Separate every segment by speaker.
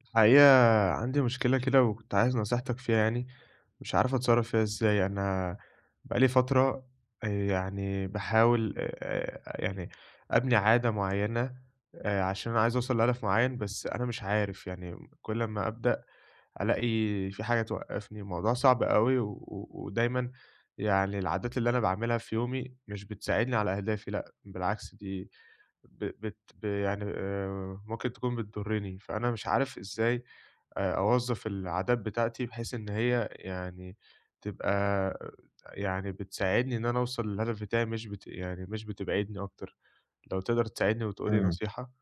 Speaker 1: الحقيقة عندي مشكلة كده وكنت عايز نصيحتك فيها، يعني مش عارف اتصرف فيها ازاي انا. بقالي فترة. يعني بحاول يعني ابني عادة معينة. عشان انا عايز اوصل لهدف معين، بس انا مش عارف، يعني كل ما ابدأ الاقي في حاجة توقفني. الموضوع صعب قوي، ودايما يعني العادات اللي انا بعملها في يومي مش بتساعدني على اهدافي، لا بالعكس دي يعني ممكن تكون بتضرني. فانا مش عارف ازاي أوظّف العادات بتاعتي، بحيث إن هي يعني تبقى يعني بتساعدني إن أنا أوصل للهدف بتاعي، مش بت يعني مش بتبعدني أكتر، لو تقدر تساعدني وتقول لي
Speaker 2: إمم،
Speaker 1: نصيحة؟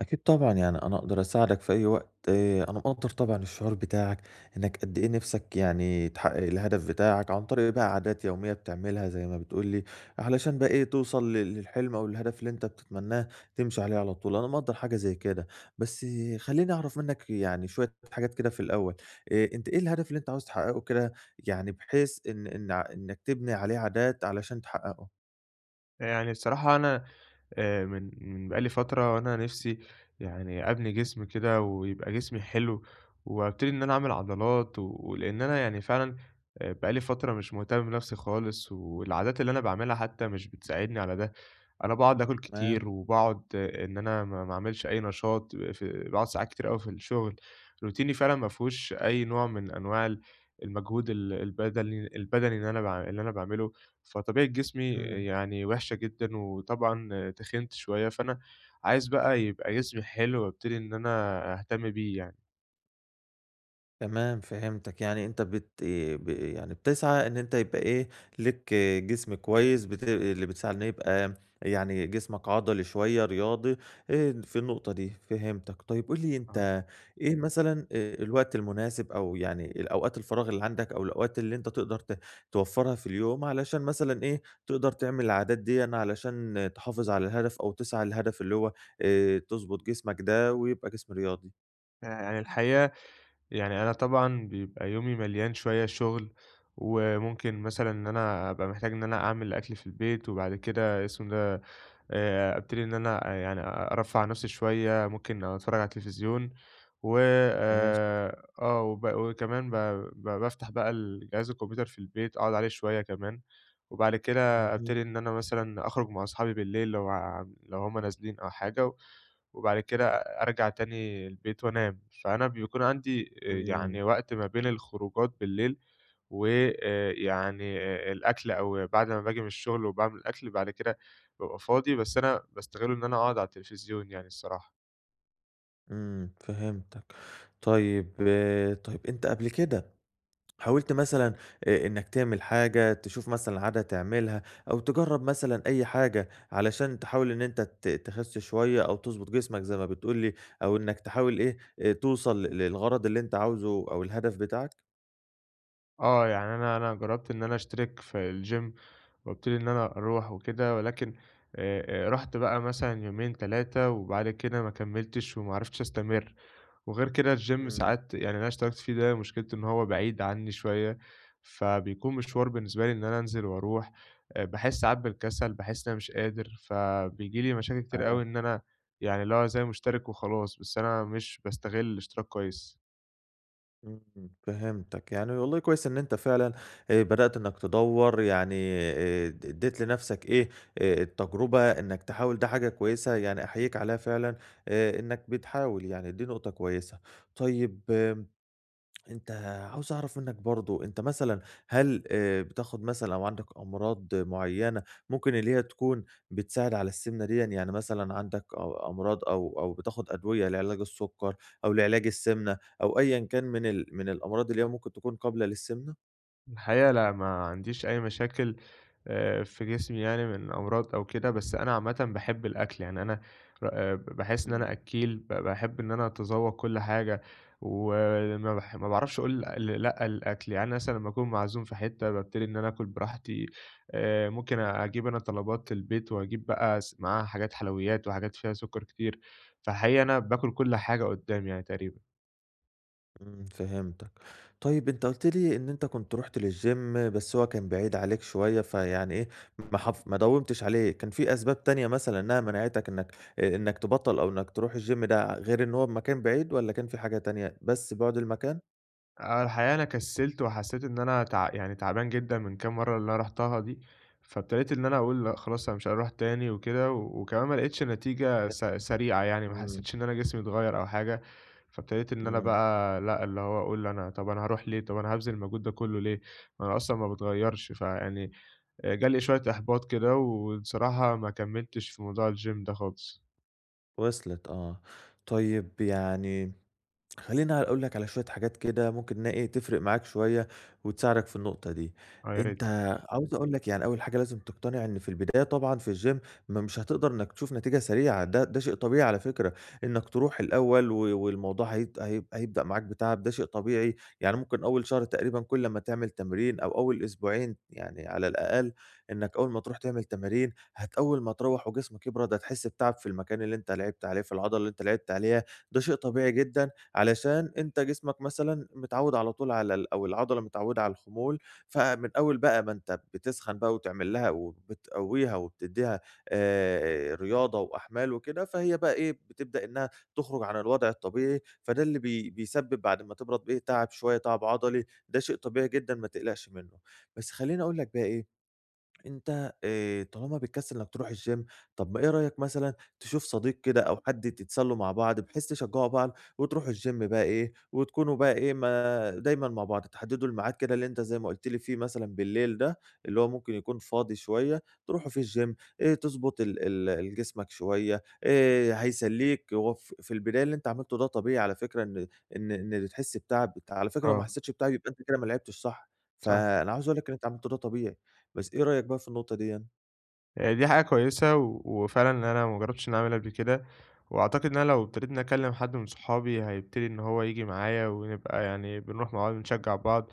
Speaker 2: أكيد طبعًا، يعني أنا أقدر أساعدك في أي وقت، أنا مقدّر طبعًا الشعور بتاعك، إنك قد إيه نِفْسك يعني تحقق الهدف بتاعك عن طريق بقى عادات يومية بتعملها زي ما بتقول لي، علشان بقى إيه توصل للحلم أو الهدف اللي أنت بتتمناه تمشي عليه على طول، أنا مقدّر حاجة زي كده، بس خلّيني أعرف منك يعني شوية حاجات كده في الأول، أنت إيه الهدف اللي أنت عاوز تحققه كده يعني بحيث إن إن ع إنك تبني عليه عادات علشان تحققه؟
Speaker 1: يعني الصراحة أنا من من بقى لي فترة وأنا نِفْسي يعني أبني جسم كده ويبقى جسمي حلو، وأبتدي إن أنا أعمل عضلات، ولإن أنا يعني فعلًا بقى لي فترة مش مهتم بنَفْسي خالص، والعادات اللي أنا باعملها حتى مش بتساعدني على ده. أنا باقعد آكل
Speaker 2: تمام،
Speaker 1: كتير وباقعد إن أنا ما أعملش أي نشاط، في باقعد ساعات كتير أوي في الشغل. روتيني فعلًا ما فيهوش أي نوع من أنواع المجهود البدني اللي أنا باعمله. فطبيعة جسمي
Speaker 2: إمم.
Speaker 1: يعني وحشة جدًا، وطبعًا تخنت شوية، فأنا عايز بقى يبقى جسمي حلو وابتدي إن أنا أهتم بيه يعني.
Speaker 2: تمام فهمتك، يعني أنت بت ايه ب يعني بتسعى إن أنت يبقى إيه، ليك جسم كويس اللي بتسعى إنه يبقى يعني جسمك عضلي شوية رياضي في النقطة دي، فهمتك. طيب قُل لي
Speaker 1: آه،
Speaker 2: أنت إيه مثلًا الوقت المناسب أو يعني الأوقات الفراغ اللي عندك أو الأوقات اللي أنت تقدر توفّرها في اليوم علشان مثلًا إيه، تقدر تعمل العادات ديًا علشان تحافظ على الهدف أو تسعى للهدف اللي هو تضبط جسمك ده ويبقى جسم رياضي.
Speaker 1: يعني الحقيقة يعني أنا طبعًا بيبقى يومي مليان شوية شغل، وممكن مثلًا إن أنا أبقى محتاج إن أنا أعمل أكل في البيت، وبعد كده اسمه ده أبتدي إن أنا يعني أرفّه عن نَفْسي شوية، ممكن أتفرّج على التلفزيون و
Speaker 2: ماشي.
Speaker 1: آه، وب وكمان ب ب بافتح بقى جهاز الكمبيوتر في البيت، أقعد عليه شوية كمان. وبعد كده
Speaker 2: اهم.
Speaker 1: أبتدي إن أنا مثلًا أخرج مع أصحابي بالليل لو هم نازلين أو حاجة، و وبعد كده أرجع تاني البيت وأنام. فأنا بيكون عندي
Speaker 2: إمم.
Speaker 1: يعني وقت ما بين الخروجات بالليل ويعني الأكل، أو بعد ما باجي من الشغل وباعمل أكل، بعد كده بابقى فاضي، بس أنا باستغله إن أنا أقعد على التلفزيون يعني الصراحة.
Speaker 2: إمم، فهمتك. طيب آه، طيب أنت قبل كده حاولت مثلًا إنّك تعمل حاجة، تشوف مثلًا عادة تعملها أو تجرّب مثلًا أي حاجة علشان تحاول إن أنت تخس شوية أو تضبط جسمك زي ما بتقول لي أو إنّك تحاول إيه، توصل للغرض اللي أنت عاوزه أو الهدف بتاعك؟
Speaker 1: يعني أنا جرّبت إن أنا أشترك في الgym وابتدي إن أنا أروح وكده، ولكن رُحت بقى مثلًا يومين، 3، وبعد كده ما كمّلتش وما عرفتش أستمر. وغير كده الgym
Speaker 2: إمم،
Speaker 1: ساعات، يعني اللي أنا اشتركت فيه ده مشكلته إن هو بعيد عني شوية، فبيكون مشوار بالنسبة لي إن أنا أنزل وأروح. باحس ساعات بالكسل، باحس إن أنا مش قادر، فبييجي لي مشاكل كتير
Speaker 2: معاك.
Speaker 1: أوي إن أنا يعني اللي هو زي مشترك وخلاص، بس أنا مش باستغل الاشتراك كويس.
Speaker 2: إمم، فهمتك، يعني والله كويس إن أنت فعلًا بدأت إنك تدوّر يعني اد اديت لنفسك إيه، التجربة إنك تحاول ده حاجة كويسة يعني أحييك عليها فعلًا إنك بتحاول يعني دي نقطة كويسة. طيب أنت عاوز أعرف منّك برضه، أنت مثلًا هل بتاخد مثلًا أو عندك أمراض معيّنة ممكن اللي هي تكون بتساعد على السِمنة ديًا؟ يعني مثلًا عندك أمراض أو بتاخد أدوية لعلاج السُكّر أو لعلاج السِمنة أو أيًا كان من الأمراض اللي هي ممكن تكون قابلة للسِمنة؟
Speaker 1: الحقيقة لأ، ما عنديش أي مشاكل في جسمي، يعني من أمراض أو كده، بس أنا عامةً باحب الأكل، يعني أنا باحس إن
Speaker 2: إمم.
Speaker 1: أنا أكّيل، باحب إن أنا أتذوّق كل حاجة، وما باح ما باعرفش أقول لأ للأكل. يعني مثلًا لمّا أكون معزوم في حتة بابتدي إن أنا آكل براحتي، ممكن أجيب أنا طلبات البيت وأجيب بقى معاها حاجات حلويات وحاجات فيها سُكّر كتير، فالحقيقة أنا باكل كل حاجة قُدّامي يعني تقريبًا.
Speaker 2: إمم، فهمتك. طيب أنت قُلت لي إن أنت كنت رُحت للgym بس هو كان بعيد عليك شوية، فيعني إيه، ما داومتش عليه، كان في أسباب تانية مثلًا إنها منعتك إنك إنك تبطّل أو إنك تروح الgym ده غير إن هو بمكان بعيد والّا كان في حاجة تانية، بس بُعد المكان؟
Speaker 1: الحقيقة أنا كسّلت وحسّيت إن أنا يعني تعبان جدًا من كام مرّة اللي أنا رُحتها دي، فابتديت إن أنا أقول لأ خلاص أنا مش هاروح تاني وكده، و... وكمان ما لقيتش نتيجة سريعة يعني، ما
Speaker 2: إمم،
Speaker 1: حسّيتش إن أنا جسمي اتغيّر أو حاجة، فابتديت إن أنا
Speaker 2: إمم،
Speaker 1: بقى لأ، اللي هو أقول أنا طَب أنا هاروح ليه، طَب أنا هابذل المجهود ده كُلّه ليه، ما أنا أصلًا ما باتغيّرش، فيعني جه لي شوية إحباط كده، وبصراحة ما كمّلتش في موضوع الgym ده خالص.
Speaker 2: وصلت آه. طيب يعني خلّيني أقول لك على شوية حاجات كده ممكن إنها إيه، تفرق معاك شوية وتساعدك في النقطة دي.
Speaker 1: آه، يا
Speaker 2: أنت
Speaker 1: ريت.
Speaker 2: عاوز أقول لك يعني أول حاجة لازم تقتنع إن في البداية طبعًا في الgym ما مش هتقدر إنك تشوف نتيجة سريعة، ده شيء طبيعي على فكرة، إنك تروح الأول والموضوع هيت هيب هيبدأ معاك بتعب، ده شيء طبيعي. يعني ممكن أول شهر تقريبًا كل ما تعمل تمرين أو أول أسبوعين يعني على الأقل إنك أول ما تروح تعمل تمارين، أول ما تروّح وجسمك يبرد هتحس بتعب في المكان اللي أنت لعبت عليه، في العضلة اللي أنت لعبت عليها، ده شيء طبيعي جدًا علشان أنت جسمك مثلًا متعوّد على طول على ال أو العضلة متعوّدة على الخمول، فمن أول بقى ما أنت بتسخن بقى وتعمل لها وبتقوّيها وبتدّيها رياضة وأحمال وكده، فهي بقى إيه، بتبدأ إنها تخرج عن الوضع الطبيعي، فده اللي بيسبب بعد ما تبرد إيه، تعب شوية، تعب عضلي، ده شيء طبيعي جدًا ما تقلقش منّه. بس خلّيني أقول لك بقى إيه، أنت طالما بتكسل إنك تروح الgym طب ما إيه رأيك مثلًا تشوف صديق كده أو حد تتسلوا مع بعض بحيث تشجعوا بعض وتروحوا الgym بقى إيه، وتكونوا بقى إيه ما دايمًا مع بعض، تحددوا الميعاد كده اللي أنت زي ما قُلت لي فيه مثلًا بالليل ده، اللي هو ممكن يكون فاضي شوية تروحوا فيه الgym تضبط ال ال ال جسمك شوية هيسليك، هو في البداية اللي أنت عملته ده طبيعي على فكرة إن تحس بتعب، على فكرة لو ما
Speaker 1: آه،
Speaker 2: حسيتش بتعب يبقى أنت كده ما لعبتش صح،
Speaker 1: صح.
Speaker 2: فأنا عاوز أقول لك إن أنت عملته ده طبيعي. بس إيه رأيك بقى في النقطة ديًّا؟
Speaker 1: دي حاجة كويسة، وفعلًا إن أنا ما جرّبتش إن أنا أعملها قبل كده. وأعتقد إن أنا لو ابتديت إني أكلّم حد من صحابي هيبتدي إن هو ييجي معايا ونبقى يعني بنروح مع بعض، بنشجّع بعض.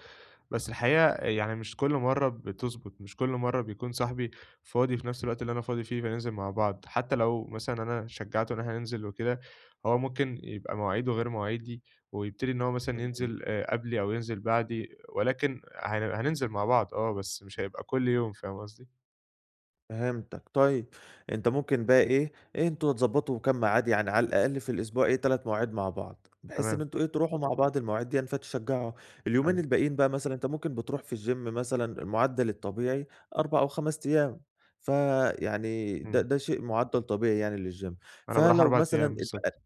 Speaker 1: بس الحقيقة آه، يعني مش كل مرّة بتضبط، مش كل مرّة بيكون صاحبي فاضي في نفس الوقت اللي أنا فاضي فيه فننزل مع بعض، حتى لو مثلًا أنا شجّعته إن إحنا ننزل وكده، هو ممكن يبقى مواعيده غير مواعيدي ويبتدي إن هو مثلًا
Speaker 2: إمم.
Speaker 1: ينزل قبلي أو ينزل بعدي، ولكن هننزل مع بعض آه، بس مش هيبقى كل يوم، فاهم قصدي؟
Speaker 2: فهمتك، طيب أنت ممكن بقى إيه، إيه أنتم تضبّطوا كام ميعاد يعني على الأقل في الأسبوع إيه 3 مواعيد مع بعض، بحيث إن
Speaker 1: تمام،
Speaker 2: أنتم إيه تروحوا مع بعض المواعيد ديًّا فتشجّعوا، اليومين
Speaker 1: أيوه.
Speaker 2: الباقيين بقى مثلًا أنت ممكن بتروح في الgym مثلًا المعدّل الطبيعي 4 أو 5 أيام، فيعني ده
Speaker 1: إمم.
Speaker 2: ده شيء معدّل طبيعي يعني للgym،
Speaker 1: أنا باروح
Speaker 2: فلو
Speaker 1: 4
Speaker 2: مثلًا
Speaker 1: أيام بالضبط.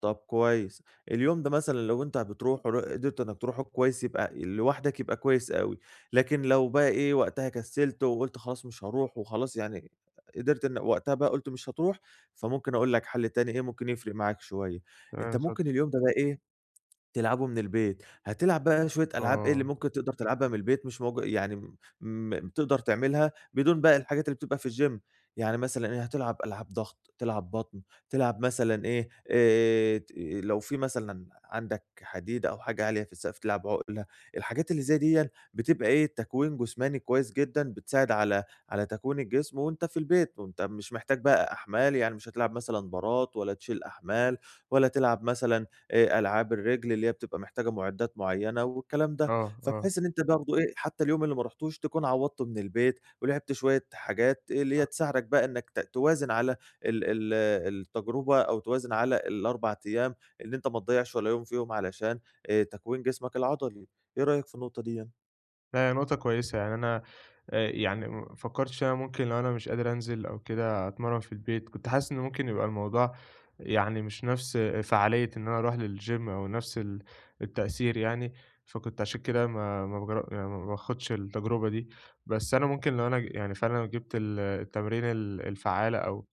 Speaker 2: طب كويس. اليوم ده مثلًا لو أنت بتروحه قدرت إنّك تروحه كويس يبقى لوحدك يبقى كويس أوي، لكن لو بقى إيه، وقتها كسّلت وقُلت خلاص مش هاروح وخلاص يعني قدرت إن وقتها بقى قُلت مش هتروح، فممكن أقول لك حَل تاني إيه ممكن يفرق معاك شوية.
Speaker 1: تمام
Speaker 2: أنت
Speaker 1: اتفضل.
Speaker 2: ممكن اليوم ده بقى إيه تلعبه من البيت، هتلعب بقى شوية ألعاب إيه اللي
Speaker 1: آه،
Speaker 2: ممكن تقدر تلعبها من البيت مش موج يعني م م تقدر تعملها بدون بقى الحاجات اللي بتبقى في الgym، يعني مثلًا إيه هتلعب ألعاب ضغط، تلعب بطن، تلعب مثلًا إيه ت لو في مثلًا عندك حديد أو حاجة عالية في السقف تلعب عُقلة، الحاجات اللي زي ديًّا بتبقى إيه تكوين جسماني كويس جدًا، بتساعد على على تكوين الجسم وأنت في البيت، وأنت مش محتاج بقى أحمال يعني مش هتلعب مثلًا بارات ولا تشيل أحمال، ولا تلعب مثلًا ألعاب الرِجل اللي هي بتبقى محتاجة مُعدّات معيّنة والكلام ده،
Speaker 1: آه، آه.
Speaker 2: فبحيث إن أنت برضه إيه، حتى اليوم اللي ما رُحتوش تكون عوّضته من البيت ولعبت شوية حاجات إيه اللي هي تساعدك بقى إنّك توازن على ال ال التجربة أو توازن على ال4 أيام إن أنت ما تضيّعش ولا يوم فيهم علشان تكوين جسمك العضلي، إيه رأيك في النقطة ديّة؟
Speaker 1: لا، هي نقطة كويسة، يعني أنا يعني ما فكّرتش إن أنا ممكن لو أنا مش قادر أنزل أو كده أتمرّن في البيت، كنت حاسس إن ممكن يبقى الموضوع يعني مش نفس فعالية إن أنا أروح للgym، أو نفس التأثير يعني، فكنت عشان كده ما ما بجر يعني ما باخدش التجربة دي. بس أنا ممكن لو أنا يعني فعلًا جِبت التمرين الفعّالة، أو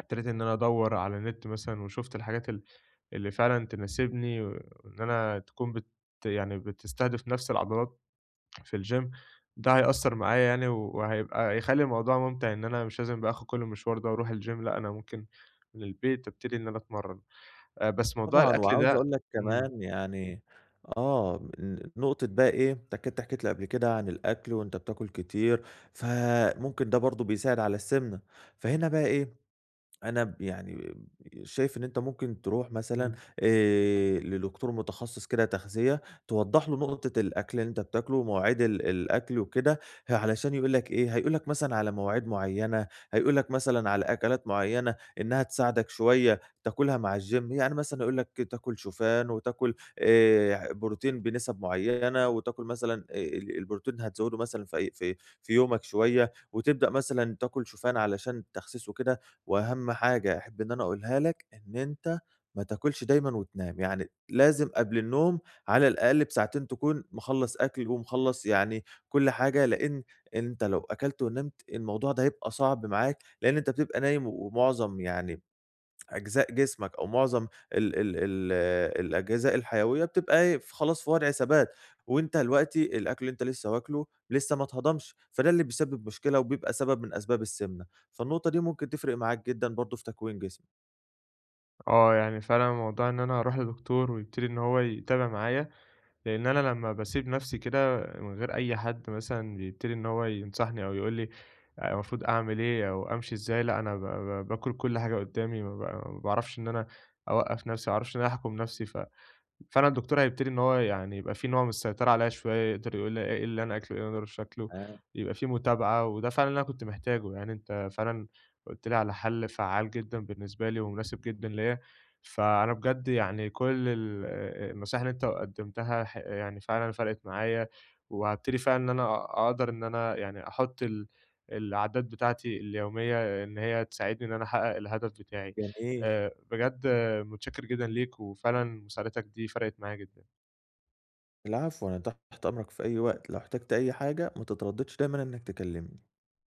Speaker 1: ابتديت إن أنا أدوّر على النت مثلًا، وشُفت الحاجات اللي فعلًا تناسبني، وإن أنا تكون يعني بتستهدف نَفْس العضلات في الgym، ده هيأثّر معايا يعني، وهيبقى هيخلّي الموضوع مُمتع، إن أنا مش لازم بقى آخُد كل المشوار ده وأروح الgym، لأ، أنا ممكن من البيت أبتدي إن أنا أتمرّن. بس موضوع
Speaker 2: طبعًا،
Speaker 1: الأكل
Speaker 2: وعاوز
Speaker 1: ده.
Speaker 2: أقول لك
Speaker 1: إمم،
Speaker 2: كمان يعني آه، نقطة بقى إيه، أنت كنت حكيت لي قبل كده عن الأكل وأنت بتاكل كتير، فممكن ده برضه بيساعد على السمنة، فهنا بقى إيه، أنا يعني شايف إن أنت ممكن تروح مثلًا
Speaker 1: إمم.
Speaker 2: لدكتور متخصص كده تغذية، توضّح له نقطة الأكل اللي أنت بتاكله ومواعيد الأكل وكده، علشان يقول لك إيه، هيقول لك مثلًا على مواعيد معيّنة، هيقول لك مثلًا على أكلات معيّنة إنها تساعدك شوية تاكلها مع الgym، يعني مثلًا يقول لك تاكل شوفان وتاكل بروتين بنسب معيّنة وتاكل مثلًا ال البروتين هتزوّده مثلًا في أي في في يومك شوية وتبدأ مثلًا تاكل شوفان علشان التخسيس وكده، وأهم حاجة أحب إن أنا أقولها لك، إن أنت ما تاكلش دايمًا وتنام، يعني لازم قبل النوم على الأقل بساعتين تكون مخلّص أكل ومخلّص يعني كل حاجة، لإن أنت لو أكلت ونمت الموضوع ده هيبقى صعب معاك، لإن أنت بتبقى نايم ومعظم يعني أجزاء جسمك أو معظم ال ال ال الأجهزة الحيوية بتبقى إيه، ف خلاص في وضع ثبات، وأنت دلوقتي الأكل اللي أنت لسه واكله لسه ما اتهضمش، فده اللي بيسبب مشكلة وبيبقى سبب من أسباب السمنة، فالنقطة دي ممكن تفرق معاك جدًا برضه في تكوين جسمك.
Speaker 1: آه. يعني فعلًا موضوع إن أنا أروح لدكتور ويبتدي إن هو يتابع معايا، لإن أنا لمّا باسيب نَفْسي كده من غير أي حد مثلًا بيبتدي إن هو ينصحني أو يقول لي المفروض أعمل إيه أو أمشي إزاي، لأ أنا ب ب باكل كل حاجة قُدّامي، ما باعرفش إن أنا أوقّف نَفْسي، ما باعرفش إن أنا أحكُم نَفْسي، فعلًا الدكتور هيبتدي إن هو يعني يبقى في نوع من السيطرة عليّا شوية، يقدر يقول لي إيه اللي أنا آكله، إيه اللي أنا شكله،
Speaker 2: آه،
Speaker 1: يبقى في متابعة، وده فعلًا اللي أنا كنت محتاجه. يعني أنت فعلًا قُلت لي على حَل فعّال جدًا بالنسبة لي ومناسب جدًا ليّا، فأنا بجد يعني كل ال النصايح اللي أنت قدّمتها يعني فعلًا فرقِت معايا، وهابتدي فعلًا إن أنا أقدر إن أنا يعني أحُط العادات بتاعتي اليومية إن هي تساعدني إن أنا أحقق الهدف بتاعي.
Speaker 2: جميل.
Speaker 1: بجد متشكر جدًا ليك، وفعلًا مساعدتك دي فرقت معايا جدًا.
Speaker 2: العفو، أنا تحت أمرك في أي وقت، لو احتجت أي حاجة ما تترددش دايمًا إنك تكلمني.